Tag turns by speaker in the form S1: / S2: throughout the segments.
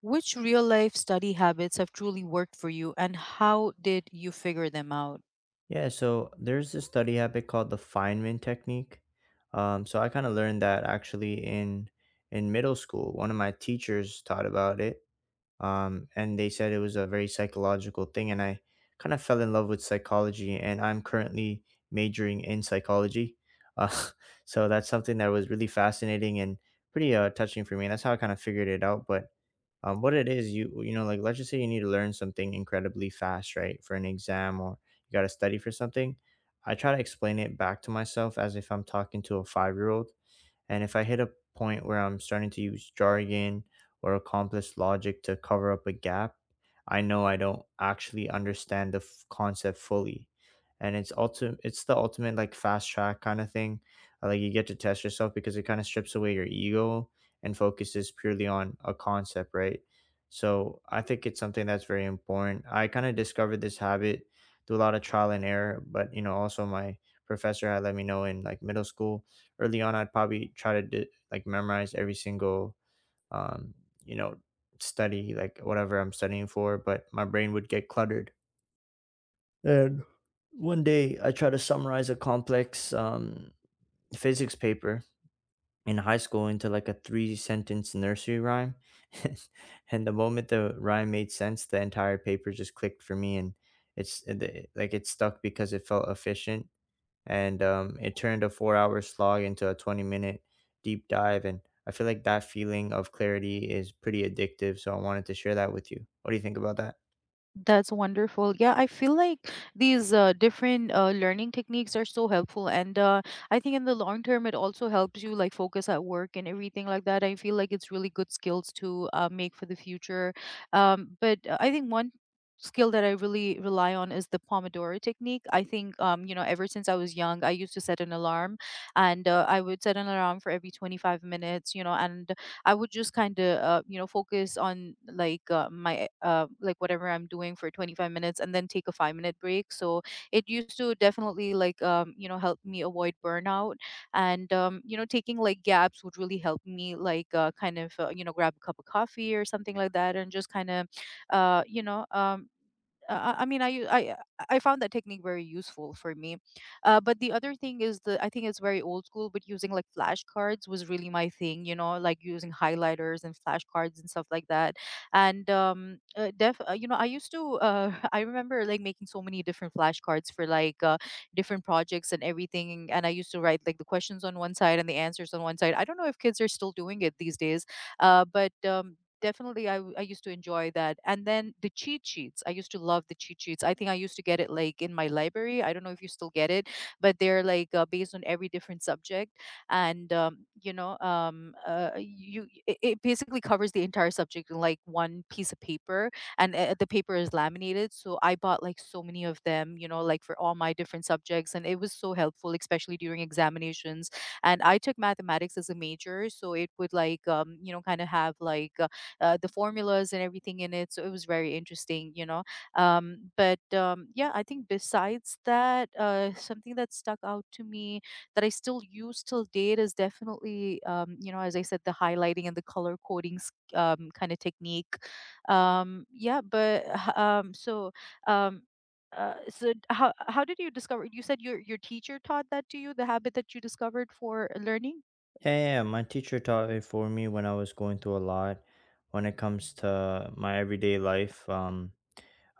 S1: Which real life study habits have truly worked for you and how did you figure them out?
S2: Yeah, so there's this study habit called the Feynman technique. So I kind of learned that actually in middle school. One of my teachers taught about it, and they said it was a very psychological thing. And I kind of fell in love with psychology, and I'm currently majoring in psychology. Uh, so that's something that was really fascinating and pretty touching for me. And that's how I kind of figured it out. But what it is, like, let's just say you need to learn something incredibly fast, right? For an exam, or you got to study for something. I try to explain it back to myself as if I'm talking to a 5 year old, and if I hit a point where I'm starting to use jargon or complex logic to cover up a gap, I know I don't actually understand the concept fully. And it's the ultimate like fast track kind of thing. Like, you get to test yourself because it kind of strips away your ego and focuses purely on a concept, right? So I think it's something that's very important. I kind of discovered this habit through a lot of trial and error, but you know, also my professor had let me know in like middle school early on. I'd probably try to do, like, memorize every single um you know study, like whatever I'm studying for, but my brain would get cluttered. And one day I tried to summarize a complex physics paper in high school into like a three sentence nursery rhyme. And the moment the rhyme made sense, the entire paper just clicked for me. And like, it stuck because it felt efficient. And it turned a 4 hour slog into a 20-minute deep dive. And I feel like that feeling of clarity is pretty addictive, so I wanted to share that with you. What do you think about that?
S1: That's wonderful. Yeah, I feel like these different learning techniques are so helpful, and I think in the long term, it also helps you like focus at work and everything like that. I feel like it's really good skills to make for the future. But I think one skill that I really rely on is the Pomodoro technique. I think you know, ever since I was young, I used to set an alarm, and I would set an alarm for every 25 minutes. You know, and I would just kind of you know focus on like my like whatever I'm doing for 25 minutes and then take a 5-minute break. So it used to definitely like you know help me avoid burnout and you know taking like gaps would really help me like kind of you know grab a cup of coffee or something like that and just kind of you know I mean, I u- I found that technique very useful for me. But the other thing is the I think it's very old school, but using like flashcards was really my thing. You know, like using highlighters and flashcards and stuff like that. And def you know, I used to I remember like making so many different flashcards for like different projects and everything. And I used to write like the questions on one side and the answers on one side. I don't know if kids are still doing it these days, but definitely I used to enjoy that. And then the cheat sheets, I used to love the cheat sheets. I think I used to get it like in my library. I don't know if you still get it, but they're like based on every different subject. And you it basically covers the entire subject in like one piece of paper, and the paper is laminated, so I bought like so many of them, you know, like for all my different subjects, and it was so helpful especially during examinations. And I took mathematics as a major, so it would like you know kind of have like the formulas and everything in it. So it was very interesting, you know. But yeah, I think besides that, something that stuck out to me that I still use till date is definitely, you know, as I said, the highlighting and the color coding kind of technique. Yeah, but h- so. Um, so d- how did you discover? You said your teacher taught that to you, the habit that you discovered for learning.
S2: Yeah, yeah, my teacher taught it for me when I was going through a lot when it comes to my everyday life. um,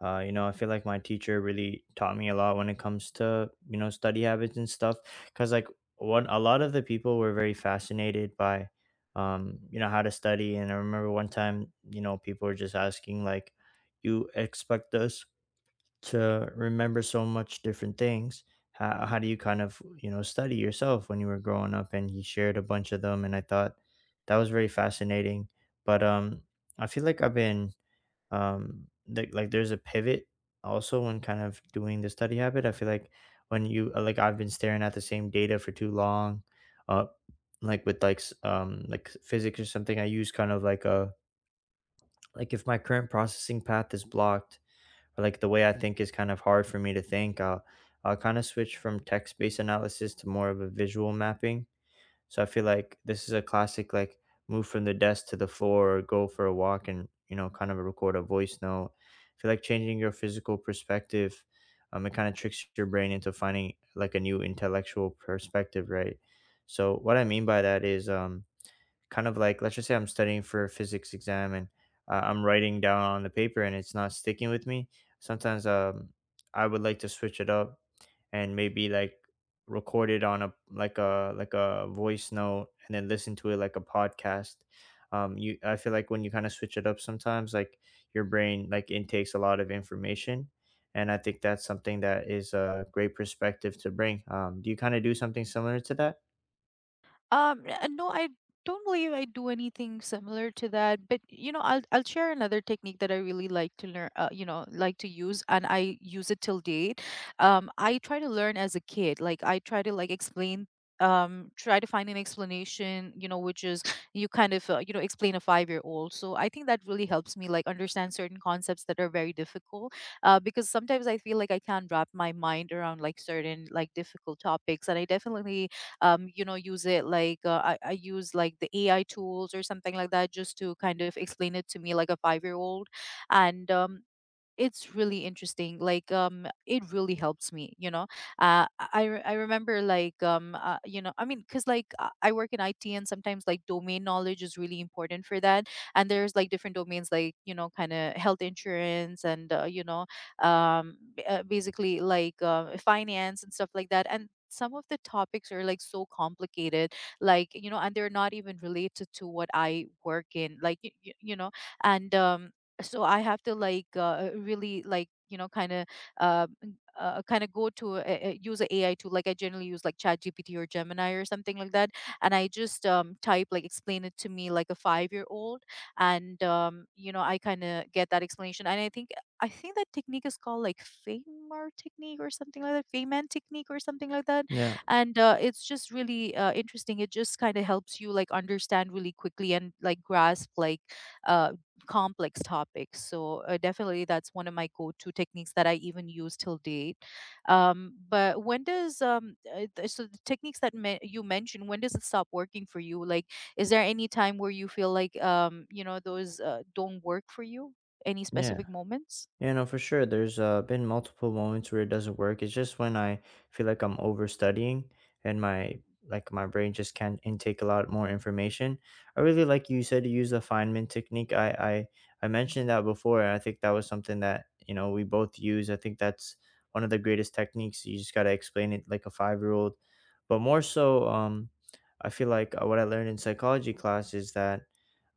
S2: Uh, You know, I feel like my teacher really taught me a lot when it comes to, you know, study habits and stuff. Cause like, one, a lot of the people were very fascinated by, you know, how to study. And I remember one time, you know, people were just asking like, you expect us to remember so much different things. How do you kind of, you know, study yourself when you were growing up? And he shared a bunch of them. And I thought that was very fascinating. But, I feel like I've been like there's a pivot also when kind of doing the study habit. I feel like when you like, I've been staring at the same data for too long. uh like, with like like physics or something, I use kind of like a, like, if my current processing path is blocked or like the way I think is kind of hard for me to think, I'll kind of switch from text-based analysis to more of a visual mapping. So I feel like this is a classic like move from the desk to the floor, or go for a walk and, you know, kind of record a voice note. I feel like changing your physical perspective, it kind of tricks your brain into finding like a new intellectual perspective, right? So what I mean by that is, kind of like, let's just say I'm studying for a physics exam, and I'm writing down on the paper and it's not sticking with me. Sometimes I would like to switch it up and maybe like record it on a like a voice note and then listen to it like a podcast. You I feel like when you kind of switch it up sometimes, like, your brain like intakes a lot of information. And I think that's something that is a great perspective to bring. Do you kind of do something similar to that?
S1: No, I don't believe I do anything similar to that. But you know, I'll share another technique that I really like to learn. You know, like to use, and I use it till date. I try to learn as a kid. Like I try to like explain. Try to find an explanation. You know, which is you kind of you know explain a 5 year old. So I think that really helps me like understand certain concepts that are very difficult. Because sometimes I feel like I can't wrap my mind around like certain like difficult topics, and I definitely you know, use it like I use like the AI tools or something like that just to kind of explain it to me like a 5 year old. And it's really interesting like it really helps me, you know. I remember like you know, I mean, because like I work in IT and sometimes like domain knowledge is really important for that, and there's like different domains like, you know, kind of health insurance and basically like finance and stuff like that. And some of the topics are like so complicated, like, you know, and they're not even related to what I work in, like you know. And so I have to like really like, you know, kind of kind of go to use a AI tool. Like I generally use like ChatGPT or Gemini or something like that, and I just type like explain it to me like a 5 year old, and you know, I kind of get that explanation. And I think that technique is called like Feynman technique or something like that, Feynman technique or something like that,
S2: Yeah.
S1: and it's just really interesting. It just kind of helps you like understand really quickly and like grasp like uh, complex topics. So definitely, that's one of my go-to techniques that I even use till date. But when does the techniques that you mentioned, when does it stop working for you? Like, is there any time where you feel like you know those don't work for you? Any
S2: Yeah.
S1: specific moments?
S2: You know, for sure, there's been multiple moments where it doesn't work. It's just when I feel like I'm overstudying and my, like my brain just can't intake a lot more information. I really, like you said, to use the Feynman technique. I mentioned that before, and I think that was something that, you know, we both use. I think that's one of the greatest techniques. You just gotta explain it like a 5 year old, but more so, I feel like what I learned in psychology class is that,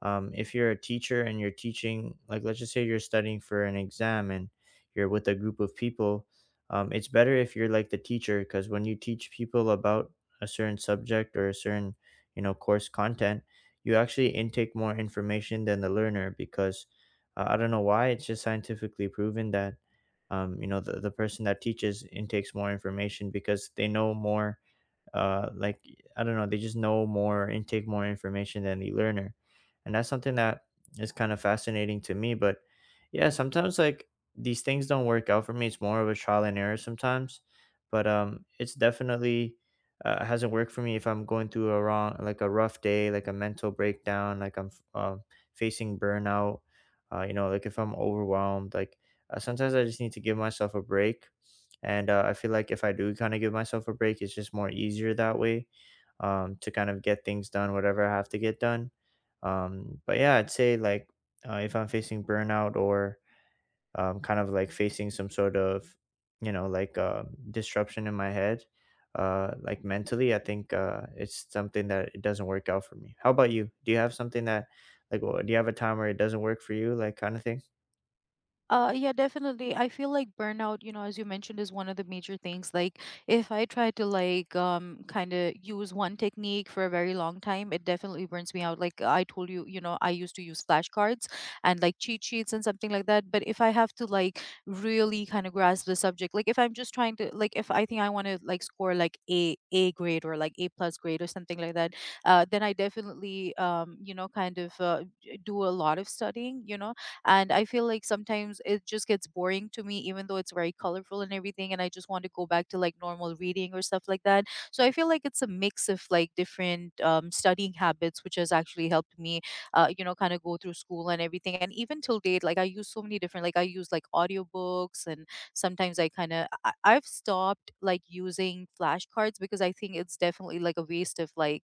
S2: if you're a teacher and you're teaching, like let's just say you're studying for an exam and you're with a group of people, it's better if you're like the teacher, because when you teach people about a certain subject or a certain, you know, course content, you actually intake more information than the learner. Because I don't know why, it's just scientifically proven that, you know, the person that teaches intakes more information because they know more. Like, I don't know, they just know more and take more information than the learner. And that's something that is kind of fascinating to me. But yeah, sometimes like these things don't work out for me. It's more of a trial and error sometimes. But it's definitely, hasn't worked for me if I'm going through a wrong, like a rough day, like a mental breakdown, like I'm facing burnout. You know, like if I'm overwhelmed, like sometimes I just need to give myself a break. And I feel like if I do kind of give myself a break, it's just more easier that way to kind of get things done, whatever I have to get done. But yeah, I'd say like, if I'm facing burnout or kind of like facing some sort of, you know, like disruption in my head, like, mentally, I think it's something that it doesn't work out for me. How about you? Do you have something that, like, well, do you have a time where it doesn't work for you, like, kind of thing?
S1: Yeah, definitely. I feel like burnout, you know, as you mentioned, is one of the major things. Like, if I try to like kind of use one technique for a very long time, it definitely burns me out. Like I told you, you know, I used to use flashcards and like cheat sheets and something like that. But if I have to like really kind of grasp the subject, like if I'm just trying to like if I think I want to like score like a A grade or like A plus grade or something like that, then I definitely you know kind of do a lot of studying. You know, and I feel like sometimes it just gets boring to me even though it's very colorful and everything, and I just want to go back to like normal reading or stuff like that. So I feel like it's a mix of like different studying habits which has actually helped me you know kind of go through school and everything. And even till date, like I use so many different, like I use like audiobooks, and sometimes I kind of I've stopped like using flashcards because I think it's definitely like a waste of like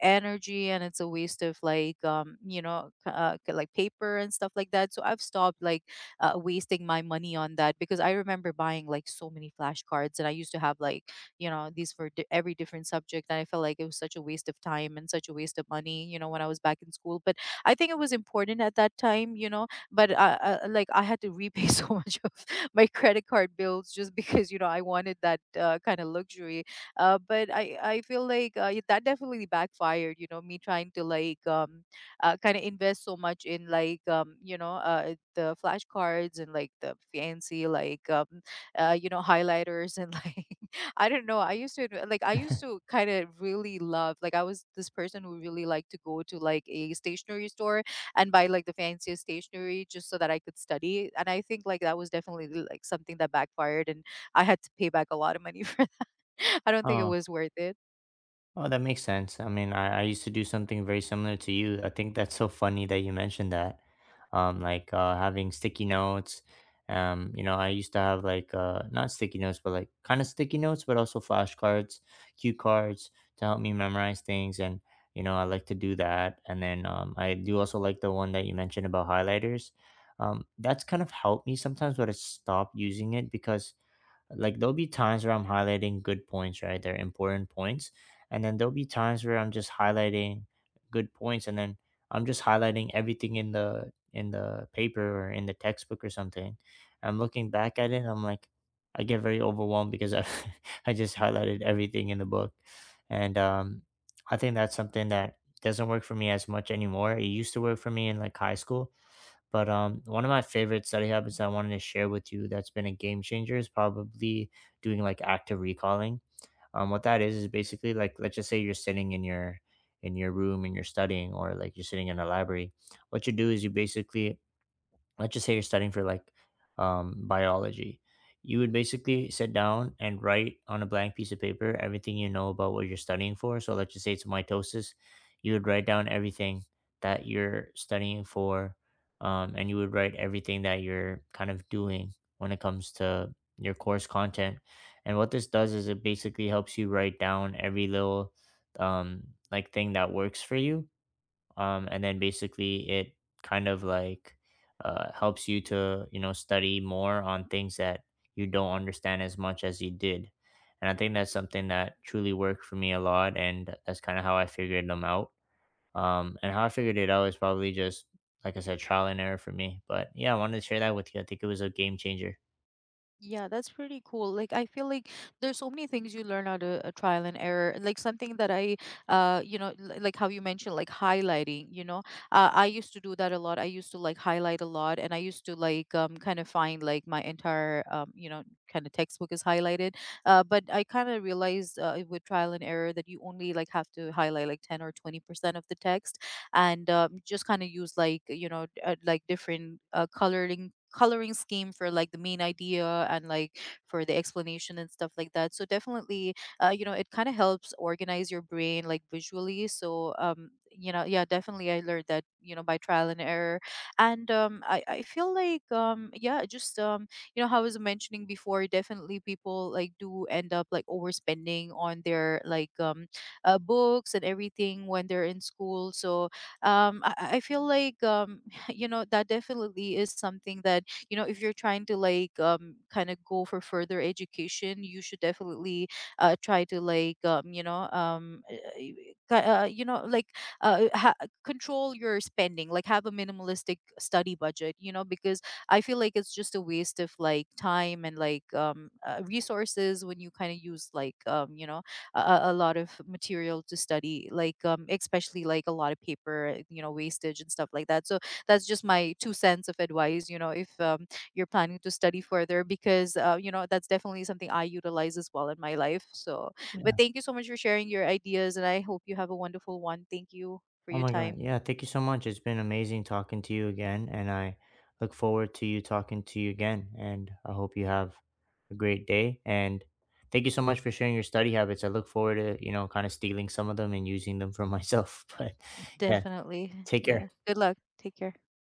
S1: energy and it's a waste of like like paper and stuff like that. So I've stopped like wasting my money on that, because I remember buying like so many flashcards, and I used to have like, you know, these for every different subject, and I felt like it was such a waste of time and such a waste of money, you know, when I was back in school. But I think it was important at that time, you know. But like I had to repay so much of my credit card bills just because, you know, I wanted that kind of luxury. But I feel like that definitely backfired, you know, me trying to like kind of invest so much in like the flashcards and like the fancy like you know highlighters and like I don't know. I used to kind of really love like, I was this person who really liked to go to like a stationery store and buy like the fanciest stationery just so that I could study, and I think like that was definitely like something that backfired, and I had to pay back a lot of money for I don't think it was worth it.
S2: Oh, that makes sense. I mean, I used to do something very similar to you. I think that's so funny that you mentioned that. Like having sticky notes. You know, I used to have like, not sticky notes, but like kind of sticky notes, but also flashcards, cue cards, to help me memorize things. And you know, I like to do that. And then I do also like the one that you mentioned about highlighters. That's kind of helped me sometimes, but I stopped using it because, like, there'll be times where I'm highlighting good points, right? They're important points. And then there'll be times where I'm just highlighting good points, and then I'm just highlighting everything in the, in the paper, or in the textbook or something. I'm looking back at it, I'm like, I get very overwhelmed because I I just highlighted everything in the book. And I think that's something that doesn't work for me as much anymore. It used to work for me in like high school, but one of my favorite study habits I wanted to share with you that's been a game changer is probably doing like active recalling. What that is basically like, let's just say you're sitting in your, in your room and you're studying, or like you're sitting in a library. What you do is you basically, let's just say you're studying for like, biology. You would basically sit down and write on a blank piece of paper everything you know about what you're studying for. So let's just say it's mitosis. You would write down everything that you're studying for, and you would write everything that you're kind of doing when it comes to your course content. And what this does is it basically helps you write down every little, um, like, thing that works for you. And then basically it kind of like, helps you to, you know, study more on things that you don't understand as much as you did. And I think that's something that truly worked for me a lot, and that's kind of how I figured them out. And how I figured it out is probably just, like I said, trial and error for me. But yeah, I wanted to share that with you, I think it was a game changer.
S1: Yeah, that's pretty cool. Like I feel like there's so many things you learn out of trial and error. Like something that you know, like how you mentioned, like highlighting. You know, I used to do that a lot. I used to like highlight a lot, and I used to like kind of find like my entire kind of textbook is highlighted. But I kind of realized with trial and error that you only like have to highlight like 10 or 20% of the text, and just kind of use like, you know, like different coloring scheme for like the main idea and like for the explanation and stuff like that. So definitely you know it kind of helps organize your brain like visually. So you know, yeah, definitely I learned that, you know, by trial and error. And I feel like yeah, just you know, how I was mentioning before, definitely people like do end up like overspending on their like books and everything when they're in school. So I feel like you know that definitely is something that, you know, if you're trying to like kind of go for further education, you should definitely try to like you know ki- you know like ha- control your spending, like have a minimalistic study budget, you know, because I feel like it's just a waste of like time and like resources when you kind of use like a, lot of material to study, like especially like a lot of paper, you know, wastage and stuff like that. So that's just my two cents of advice, you know. If you're planning to study further, because you know that's definitely something I utilize as well in my life. So but thank you so much for sharing your ideas, and I hope you have a wonderful one. Thank you for
S2: Oh
S1: your
S2: my God.
S1: time.
S2: Yeah. Thank you so much. It's been amazing talking to you again. And I look forward to you, talking to you again. And I hope you have a great day. And thank you so much for sharing your study habits. I look forward to, you know, kind of stealing some of them and using them for myself. But yeah,
S1: Definitely.
S2: take care.
S1: Yeah, good luck, take care.